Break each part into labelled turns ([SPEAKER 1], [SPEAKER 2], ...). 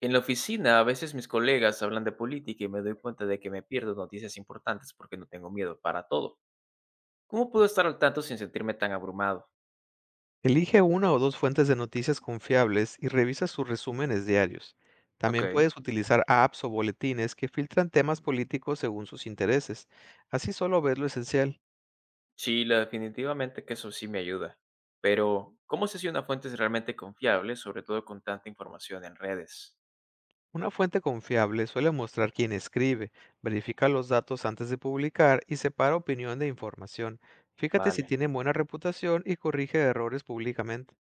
[SPEAKER 1] En la oficina, a veces mis colegas hablan de política y me doy cuenta de que me pierdo noticias importantes porque no tengo miedo para todo. ¿Cómo puedo estar al tanto sin sentirme tan abrumado?
[SPEAKER 2] Elige una o dos fuentes de noticias confiables y revisa sus resúmenes diarios. También
[SPEAKER 1] Ok.
[SPEAKER 2] puedes utilizar apps o boletines que filtran temas políticos según sus intereses. Así solo ves lo esencial.
[SPEAKER 1] Sí, definitivamente que eso sí me ayuda. Pero, ¿cómo sé si una fuente es realmente confiable, sobre todo con tanta información en redes?
[SPEAKER 2] Una fuente confiable suele mostrar quién escribe, verifica los datos antes de publicar y separa opinión de información. Fíjate si
[SPEAKER 1] Vale,
[SPEAKER 2] tiene buena reputación y corrige errores públicamente.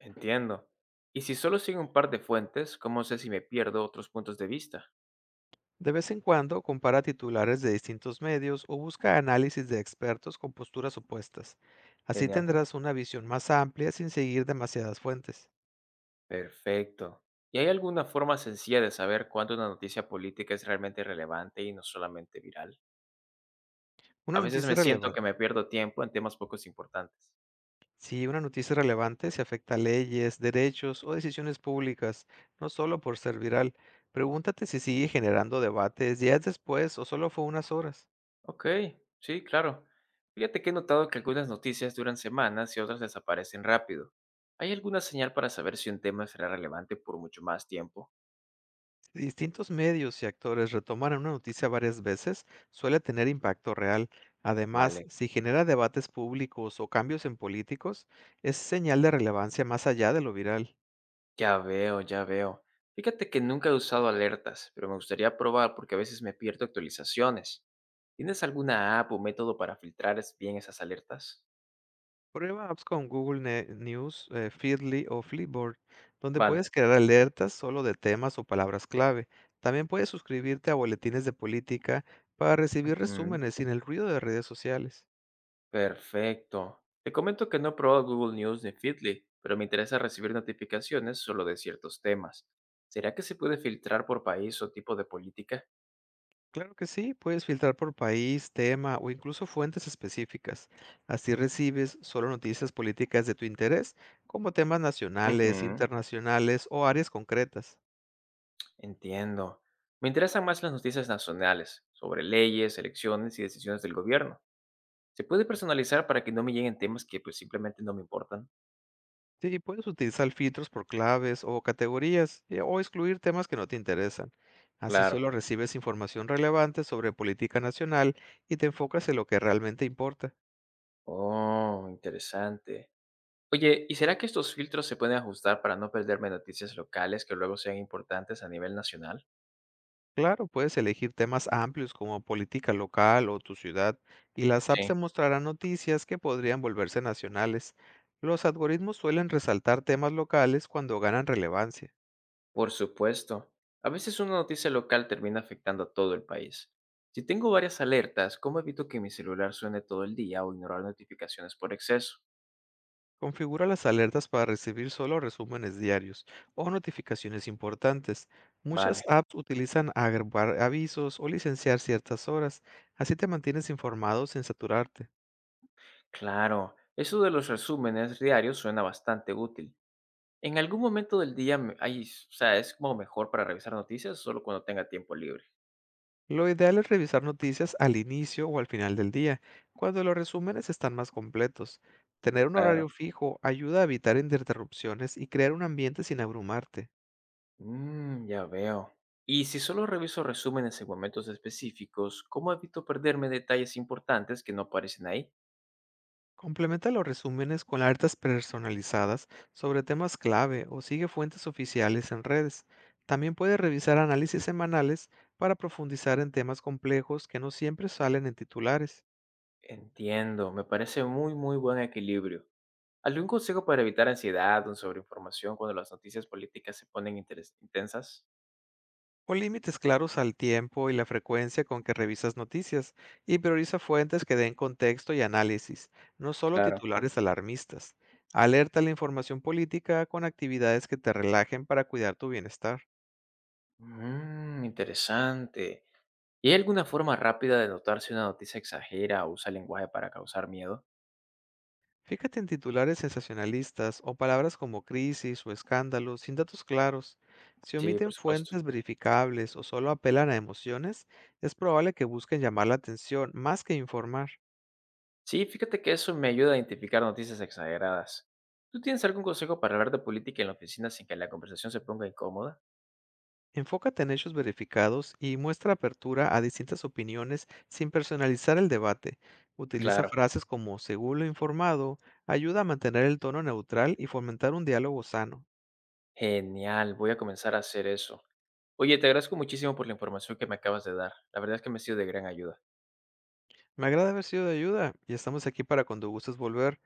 [SPEAKER 1] entiendo. Y si solo sigo un par de fuentes, ¿cómo sé si me pierdo otros puntos de vista?
[SPEAKER 2] De vez en cuando compara titulares de distintos medios o busca análisis de expertos con posturas opuestas. Así
[SPEAKER 1] Genial.
[SPEAKER 2] tendrás una visión más amplia sin seguir demasiadas fuentes.
[SPEAKER 1] Perfecto. ¿Y hay alguna forma sencilla de saber cuándo una noticia política es realmente relevante y no solamente viral? A
[SPEAKER 2] Una
[SPEAKER 1] veces
[SPEAKER 2] noticia
[SPEAKER 1] me siento que
[SPEAKER 2] relevante.
[SPEAKER 1] me pierdo tiempo en temas poco importantes.
[SPEAKER 2] Si una noticia relevante se afecta a leyes, derechos o decisiones públicas, no solo por ser viral. Pregúntate si sigue generando debates días después o solo fue unas horas.
[SPEAKER 1] Ok, sí, claro. Fíjate que he notado que algunas noticias duran semanas y otras desaparecen rápido. ¿Hay alguna señal para saber si un tema será relevante por mucho más tiempo?
[SPEAKER 2] Si distintos medios y actores retoman una noticia varias veces, suele tener impacto real. Además,
[SPEAKER 1] Vale.
[SPEAKER 2] si genera debates públicos o cambios en políticos, es señal de relevancia más allá de lo viral.
[SPEAKER 1] Ya veo, ya veo. Fíjate que nunca he usado alertas, pero me gustaría probar porque a veces me pierdo actualizaciones. ¿Tienes alguna app o método para filtrar bien esas alertas?
[SPEAKER 2] Prueba apps con Google News, Feedly o Flipboard, donde
[SPEAKER 1] Vale.
[SPEAKER 2] puedes crear alertas solo de temas o palabras clave. También puedes suscribirte a boletines de política para recibir
[SPEAKER 1] Ujú,
[SPEAKER 2] resúmenes sin el ruido de redes sociales.
[SPEAKER 1] perfecto. Te comento que no he probado Google News ni Feedly, pero me interesa recibir notificaciones solo de ciertos temas. ¿Será que se puede filtrar por país o tipo de política?
[SPEAKER 2] Claro que sí, puedes filtrar por país, tema o incluso fuentes específicas. Así recibes solo noticias políticas de tu interés, como temas
[SPEAKER 1] Ujú,
[SPEAKER 2] nacionales, internacionales o áreas concretas.
[SPEAKER 1] entiendo. Me interesan más las noticias nacionales, sobre leyes, elecciones y decisiones del gobierno. ¿Se puede personalizar para que no me lleguen temas que, pues, simplemente no me importan?
[SPEAKER 2] Sí, puedes utilizar filtros por claves o categorías, o excluir temas que no te interesan. Así
[SPEAKER 1] Claro.
[SPEAKER 2] solo recibes información relevante sobre política nacional y te enfocas en lo que realmente importa.
[SPEAKER 1] Oh, interesante. Oye, ¿y será que estos filtros se pueden ajustar para no perderme noticias locales que luego sean importantes a nivel nacional?
[SPEAKER 2] Claro, puedes elegir temas amplios como política local o tu ciudad, y las apps
[SPEAKER 1] Sí.
[SPEAKER 2] te mostrarán noticias que podrían volverse nacionales. Los algoritmos suelen resaltar temas locales cuando ganan relevancia.
[SPEAKER 1] Por supuesto. A veces una noticia local termina afectando a todo el país. Si tengo varias alertas, ¿cómo evito que mi celular suene todo el día o ignorar notificaciones por exceso?
[SPEAKER 2] Configura las alertas para recibir solo resúmenes diarios o notificaciones importantes. Muchas
[SPEAKER 1] Vale,
[SPEAKER 2] apps utilizan agregar avisos o licenciar ciertas horas, así te mantienes informado sin saturarte.
[SPEAKER 1] claro. Eso de los resúmenes diarios suena bastante útil. ¿En algún momento del día me hay, o sea, es como mejor para revisar noticias, o solo cuando tenga tiempo libre?
[SPEAKER 2] Lo ideal es revisar noticias al inicio o al final del día, cuando los resúmenes están más completos. Tener un
[SPEAKER 1] Claro.
[SPEAKER 2] horario fijo ayuda a evitar interrupciones y crear un ambiente sin abrumarte.
[SPEAKER 1] Mm, ya veo. Y si solo reviso resúmenes en momentos específicos, ¿cómo evito perderme detalles importantes que no aparecen ahí?
[SPEAKER 2] Complementa los resúmenes con alertas personalizadas sobre temas clave o sigue fuentes oficiales en redes. También puedes revisar análisis semanales para profundizar en temas complejos que no siempre salen en titulares.
[SPEAKER 1] Entiendo, me parece muy, muy buen equilibrio. ¿Algún consejo para evitar ansiedad o sobreinformación cuando las noticias políticas se ponen intensas?
[SPEAKER 2] Pon límites claros al tiempo y la frecuencia con que revisas noticias, y prioriza fuentes que den contexto y análisis, no solo
[SPEAKER 1] Claro.
[SPEAKER 2] titulares alarmistas. Alerta a la información política con actividades que te relajen para cuidar tu bienestar.
[SPEAKER 1] Mmm, interesante. ¿Y hay alguna forma rápida de notar si una noticia exagera o usa lenguaje para causar miedo?
[SPEAKER 2] Fíjate en titulares sensacionalistas o palabras como crisis o escándalo sin datos claros. Si
[SPEAKER 1] Sí, por
[SPEAKER 2] omiten
[SPEAKER 1] supuesto.
[SPEAKER 2] fuentes verificables o solo apelan a emociones, es probable que busquen llamar la atención más que informar.
[SPEAKER 1] Sí, fíjate que eso me ayuda a identificar noticias exageradas. ¿Tú tienes algún consejo para hablar de política en la oficina sin que la conversación se ponga incómoda?
[SPEAKER 2] Enfócate en hechos verificados y muestra apertura a distintas opiniones sin personalizar el debate. Utiliza
[SPEAKER 1] Claro.
[SPEAKER 2] frases como según lo informado, ayuda a mantener el tono neutral y fomentar un diálogo sano.
[SPEAKER 1] Genial, voy a comenzar a hacer eso. Oye, te agradezco muchísimo por la información que me acabas de dar. La verdad es que me ha sido de gran ayuda.
[SPEAKER 2] Me agrada haber sido de ayuda y estamos aquí para cuando gustes volver.